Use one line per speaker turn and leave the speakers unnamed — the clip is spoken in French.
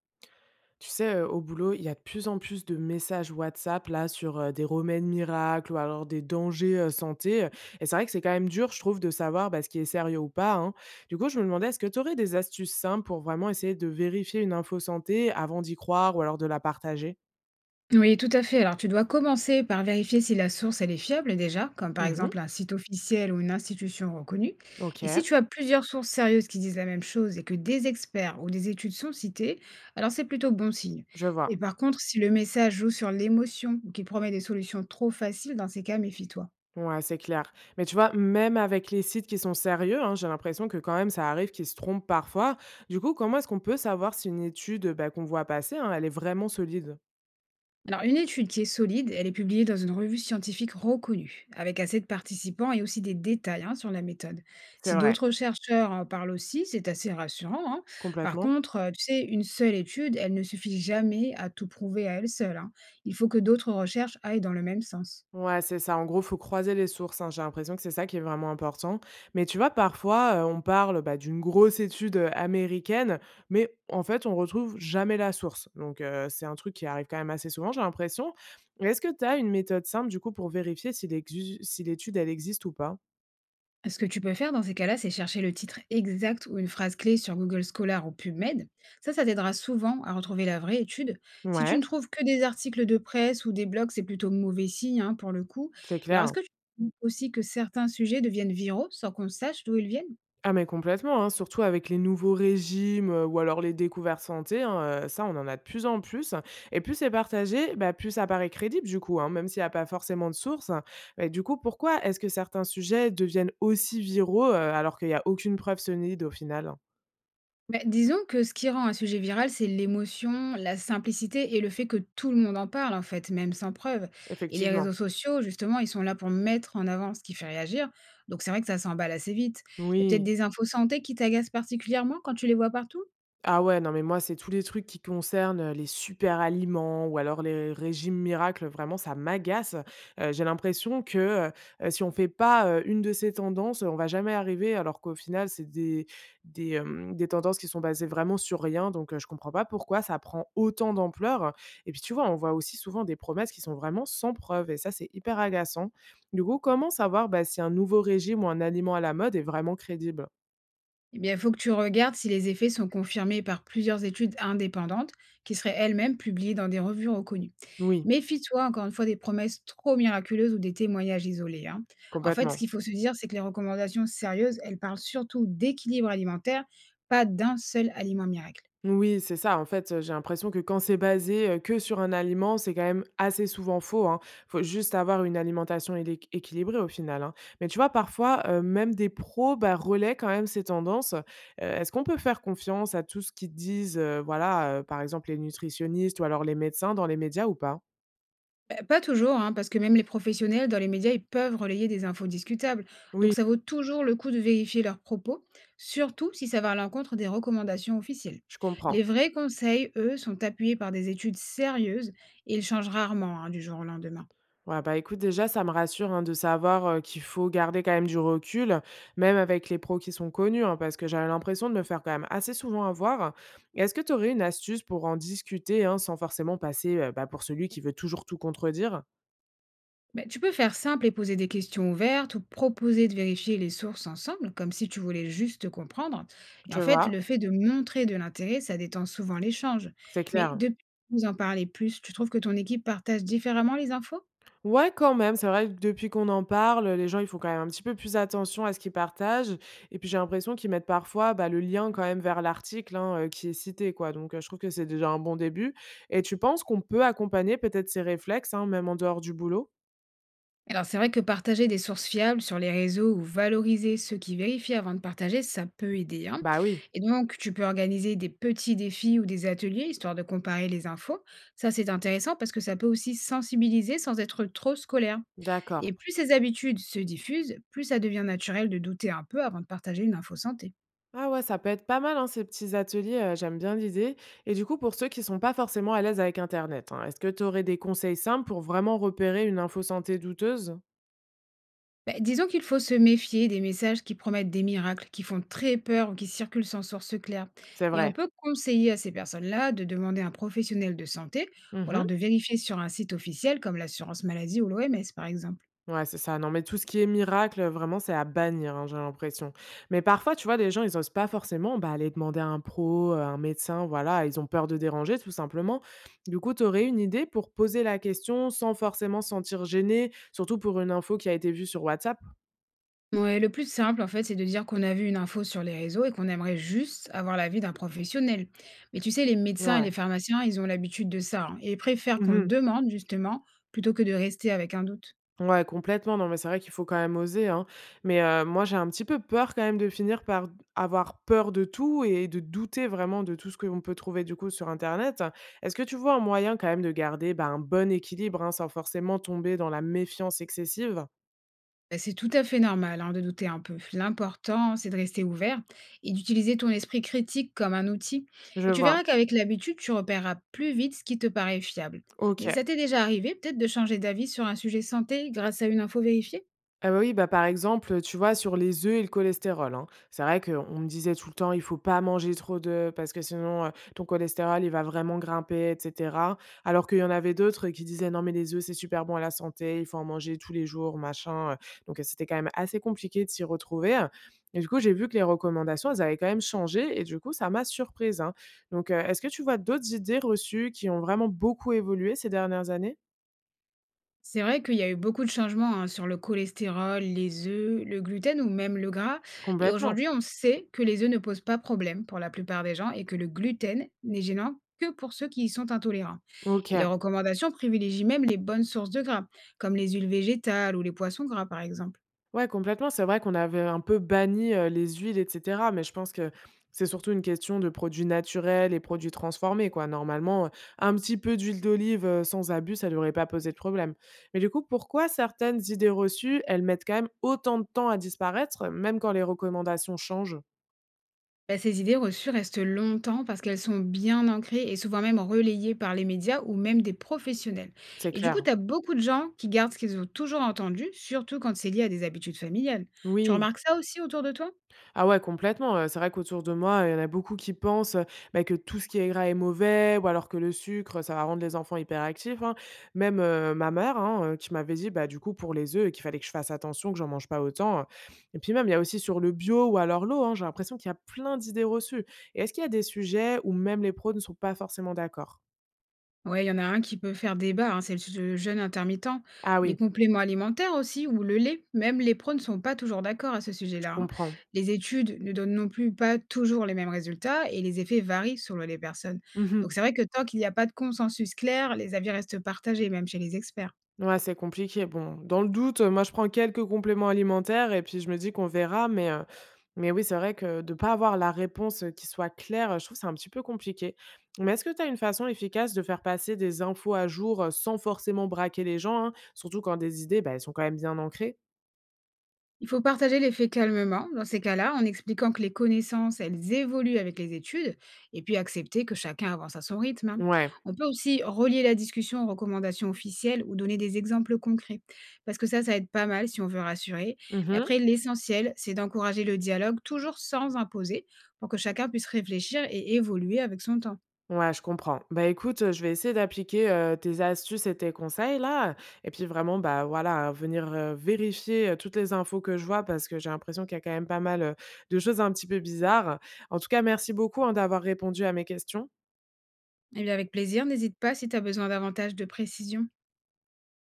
Tu sais, au boulot, il y a de plus en plus de messages WhatsApp là sur, des remèdes miracles ou alors des dangers, santé, et c'est vrai que c'est quand même dur, je trouve, de savoir, bah, ce qui est sérieux ou pas, hein. Du coup, je me demandais, est-ce que tu aurais des astuces simples pour vraiment essayer de vérifier une info santé avant d'y croire ou alors de la partager?
Oui, tout à fait. Alors, tu dois commencer par vérifier si la source, elle est fiable déjà, comme par
Mmh.
exemple un site officiel ou une institution reconnue. Et si
OK,
tu as plusieurs sources sérieuses qui disent la même chose et que des experts ou des études sont citées, alors c'est plutôt bon signe.
je
Et
vois.
par contre, si le message joue sur l'émotion ou qu'il promet des solutions trop faciles, dans ces cas, méfie-toi.
Ouais, c'est clair. Mais tu vois, même avec les sites qui sont sérieux, hein, j'ai l'impression que quand même ça arrive qu'ils se trompent parfois. Du coup, comment est-ce qu'on peut savoir si une étude, bah, qu'on voit passer, hein, elle est vraiment solide?
Alors, une étude qui est solide, elle est publiée dans une revue scientifique reconnue, avec assez de participants et aussi des détails, hein, sur la méthode.
C'est
Si
vrai.
d'autres chercheurs en parlent aussi, c'est assez rassurant, hein. Par
Complètement.
contre, tu sais, une seule étude, elle ne suffit jamais à tout prouver à elle seule, hein. Il faut que d'autres recherches aillent dans le même sens.
Ouais, c'est ça. En gros, faut croiser les sources, hein. J'ai l'impression que c'est ça qui est vraiment important. Mais tu vois, parfois, on parle, bah, d'une grosse étude, américaine, mais en fait, on retrouve jamais la source. Donc, c'est un truc qui arrive quand même assez souvent, j'ai l'impression. Est-ce que tu as une méthode simple, du coup, pour vérifier si l'exu si l'étude, elle existe ou pas?
Ce que tu peux faire dans ces cas-là, c'est chercher le titre exact ou une phrase clé sur Google Scholar ou PubMed. Ça t'aidera souvent à retrouver la vraie étude. Si tu ne
Ouais,
trouves que des articles de presse ou des blogs, c'est plutôt mauvais signe, hein, pour le coup.
c'est
Mais alors,
clair.
est-ce que tu trouves aussi que certains sujets deviennent viraux sans qu'on sache d'où ils viennent?
Ah mais complètement, hein, surtout avec les nouveaux régimes, ou alors les découvertes santé, hein, ça on en a de plus en plus et plus c'est partagé, bah, plus ça paraît crédible du coup, hein, même s'il n'y a pas forcément de source. Mais du coup, pourquoi est-ce que certains sujets deviennent aussi viraux, alors qu'il y a aucune preuve solide au final?
Beh, disons que ce qui rend un sujet viral, c'est l'émotion, la simplicité et le fait que tout le monde en parle, en fait, même sans preuve. Et les
Effectivement,
réseaux sociaux, justement, ils sont là pour mettre en avant ce qui fait réagir. Donc c'est vrai que ça s'emballe assez vite. Il y a peut-être
oui.
des infos santé qui t'agacent particulièrement quand tu les vois partout?
Ah ouais, non mais moi, c'est tous les trucs qui concernent, les super aliments ou alors les régimes miracles, vraiment ça m'agace. J'ai l'impression que, si on fait pas, une de ces tendances, on va jamais arriver alors qu'au final c'est des tendances qui sont basées vraiment sur rien donc je comprends pas pourquoi ça prend autant d'ampleur et puis tu vois, on voit aussi souvent des promesses qui sont vraiment sans preuve et ça, c'est hyper agaçant. Du coup, comment savoir, bah, si un nouveau régime ou un aliment à la mode est vraiment crédible?
Eh bien, il faut que tu regardes si les effets sont confirmés par plusieurs études indépendantes qui seraient elles-mêmes publiées dans des revues reconnues.
Oui,
Méfie-toi encore une fois des promesses trop miraculeuses ou des témoignages isolés, hein. En fait, ce
complètement.
qu'il faut se dire, c'est que les recommandations sérieuses, elles parlent surtout d'équilibre alimentaire, pas d'un seul aliment miracle.
Oui, c'est ça. En fait, j'ai l'impression que quand c'est basé, que sur un aliment, c'est quand même assez souvent faux. Il Faut juste avoir une alimentation éléq équilibrée au final, hein. Mais tu vois parfois, même des pros, bah, relaient quand même ces tendances. Est-ce qu'on peut faire confiance à tout ce qu'ils disent, voilà, par exemple les nutritionnistes ou alors les médecins dans les médias ou pas?
Bah, pas toujours, hein, parce que même les professionnels dans les médias, ils peuvent relayer des infos discutables. Donc
Oui,
ça vaut toujours le coup de vérifier leurs propos, surtout si ça va à l'encontre des recommandations officielles.
je comprends.
Les vrais conseils, eux, sont appuyés par des études sérieuses et ils changent rarement, hein, du jour au lendemain.
Ouais, bah, écoute, déjà, ça me rassure, hein, de savoir, qu'il faut garder quand même du recul, même avec les pros qui sont connus, hein, parce que j'avais l'impression de me faire quand même assez souvent avoir. Est-ce que tu aurais une astuce pour en discuter, hein, sans forcément passer, bah, pour celui qui veut toujours tout contredire?
Bah, tu peux faire simple et poser des questions ouvertes ou proposer de vérifier les sources ensemble, comme si tu voulais juste comprendre. Et en
Tu
fait,
vois?
le fait de montrer de l'intérêt, ça détend souvent l'échange.
C'est
Mais
clair.
depuis que vous en parlez plus, tu trouves que ton équipe partage différemment les infos?
Ouais, quand même, c'est vrai que depuis qu'on en parle, les gens, ils font quand même un petit peu plus attention à ce qu'ils partagent et puis j'ai l'impression qu'ils mettent parfois, bah, le lien quand même vers l'article, hein, qui est cité, quoi donc je trouve que c'est déjà un bon début et tu penses qu'on peut accompagner peut-être ces réflexes, hein, même en dehors du boulot?
Alors c'est vrai que partager des sources fiables sur les réseaux ou valoriser ceux qui vérifient avant de partager, ça peut aider, hein.
Bah oui.
Et donc tu peux organiser des petits défis ou des ateliers histoire de comparer les infos. Ça c'est intéressant parce que ça peut aussi sensibiliser sans être trop scolaire.
D'accord.
Et plus ces habitudes se diffusent, plus ça devient naturel de douter un peu avant de partager une info santé.
Ah ouais, ça peut être pas mal, hein, ces petits ateliers, j'aime bien l'idée et du coup, pour ceux qui sont pas forcément à l'aise avec internet, hein, est-ce que tu aurais des conseils simples pour vraiment repérer une info santé douteuse?
Bah, disons qu'il faut se méfier des messages qui promettent des miracles, qui font très peur ou qui circulent sans source claire.
C'est
Et on
vrai.
peut conseiller à ces personnes-là de demander à un professionnel de santé ou
Mmh.
alors de vérifier sur un site officiel comme l'assurance maladie ou l'OMS par exemple.
Ouais, c'est ça. Non, mais tout ce qui est miracle, vraiment, c'est à bannir, hein, j'ai l'impression. Mais parfois, tu vois, les gens, ils osent pas forcément, bah, aller demander à un pro, un médecin, voilà, ils ont peur de déranger, tout simplement. Du coup, tu aurais une idée pour poser la question sans forcément se sentir gêné, surtout pour une info qui a été vue sur WhatsApp?
Ouais, le plus simple en fait, c'est de dire qu'on a vu une info sur les réseaux et qu'on aimerait juste avoir l'avis d'un professionnel. Mais tu sais, les médecins et les
Ouais.
pharmaciens, ils ont l'habitude de ça, hein, et ils préfèrent qu'on
Mmh.
demande justement plutôt que de rester avec un doute.
Ouais, complètement. Non, mais c'est vrai qu'il faut quand même oser, hein. Mais, moi, j'ai un petit peu peur quand même de finir par avoir peur de tout et de douter vraiment de tout ce qu'on peut trouver, du coup, sur internet. Est-ce que tu vois un moyen quand même de garder, bah, un bon équilibre, hein, sans forcément tomber dans la méfiance excessive?
Bah, c'est tout à fait normal, hein, de douter un peu. L'important, c'est de rester ouvert et d'utiliser ton esprit critique comme un outil.
Je
Et tu
vois.
verras qu'avec l'habitude, tu repéreras plus vite ce qui te paraît fiable. Mais
OK.
ça t'est déjà arrivé peut-être de changer d'avis sur un sujet santé grâce à une info vérifiée?
Ah bah oui, bah, par exemple, tu vois, sur les œufs et le cholestérol, hein. C'est vrai qu'on me disait tout le temps: «Il faut pas manger trop d'œufs parce que sinon, ton cholestérol, il va vraiment grimper et cetera». Alors qu'il y en avait d'autres qui disaient: «Non mais les œufs, c'est super bon à la santé, il faut en manger tous les jours, machin», Donc, c'était quand même assez compliqué de s'y retrouver, et du coup, j'ai vu que les recommandations, elles avaient quand même changé et du coup, ça m'a surprise, hein. Donc, est-ce que tu vois d'autres idées reçues qui ont vraiment beaucoup évolué ces dernières années?
C'est vrai qu'il y a eu beaucoup de changements, hein, sur le cholestérol, les œufs, le gluten ou même le gras. Et
Complètement.
aujourd'hui, on sait que les œufs ne posent pas problème pour la plupart des gens et que le gluten n'est gênant que pour ceux qui y sont intolérants. Et les
OK.
recommandations privilégient même les bonnes sources de gras, comme les huiles végétales ou les poissons gras par exemple.
Ouais, complètement. C'est vrai qu'on avait un peu banni, les huiles et cetera, mais je pense que c'est surtout une question de produits naturels et produits transformés, quoi. Normalement, un petit peu d'huile d'olive, sans abus, ça devrait pas poser de problème. Mais du coup, pourquoi certaines idées reçues, elles mettent quand même autant de temps à disparaître, même quand les recommandations changent?
Bah, ces idées reçues restent longtemps parce qu'elles sont bien ancrées et souvent même relayées par les médias ou même des professionnels.
C'est
Et du coup,
clair.
tu as beaucoup de gens qui gardent ce qu'ils ont toujours entendu, surtout quand c'est lié à des habitudes familiales. Tu
Oui.
remarques ça aussi autour de toi?
Ah ouais, complètement, c'est vrai qu'autour de moi, il y en a beaucoup qui pensent, bah, que tout ce qui est gras est mauvais ou alors que le sucre, ça va rendre les enfants hyperactifs, hein. Même, ma mère, hein, qui m'avait dit, bah, du coup, pour les œufs, qu'il fallait que je fasse attention, que j'en mange pas autant, et puis même, il y a aussi sur le bio ou alors l'eau, hein, j'ai l'impression qu'il y a plein d'idées reçues et est-ce qu'il y a des sujets où même les pros ne sont pas forcément d'accord?
Ouais, il y en a un qui peut faire débat, hein, c'est le jeûne intermittent.
Ah
Les
oui,
compléments alimentaires aussi, ou le lait. Même les pros ne sont pas toujours d'accord à ce
je
sujet-là, hein.
comprends.
Les études ne donnent non plus pas toujours les mêmes résultats et les effets varient selon les personnes.
Mmh.
Donc c'est vrai que tant qu'il n'y a pas de consensus clair, les avis restent partagés, même chez les experts.
Ouais, c'est compliqué. Bon, dans le doute, moi, je prends quelques compléments alimentaires et puis je me dis qu'on verra, mais oui, c'est vrai que de ne pas avoir la réponse, qui soit claire, je trouve que c'est un petit peu compliqué. Mais est-ce que tu as une façon efficace de faire passer des infos à jour, sans forcément braquer les gens, hein? Surtout quand des idées, bah, elles sont quand même bien ancrées?
Il faut partager les faits calmement, dans ces cas-là, en expliquant que les connaissances, elles évoluent avec les études, et puis accepter que chacun avance à son rythme, hein.
Ouais.
On peut aussi relier la discussion aux recommandations officielles ou donner des exemples concrets, parce que ça aide pas mal si on veut rassurer. Mais
Mmh.
après, l'essentiel, c'est d'encourager le dialogue, toujours sans imposer, pour que chacun puisse réfléchir et évoluer avec son temps.
Ouais, je comprends. Bah, écoute, je vais essayer d'appliquer, tes astuces et tes conseils là, et puis vraiment, bah, voilà, hein, venir, vérifier, toutes les infos que je vois parce que j'ai l'impression qu'il y a quand même pas mal, de choses un petit peu bizarres. En tout cas, merci beaucoup, hein, d'avoir répondu à mes questions.
Et bien avec plaisir, n'hésite pas si tu as besoin davantage de précision.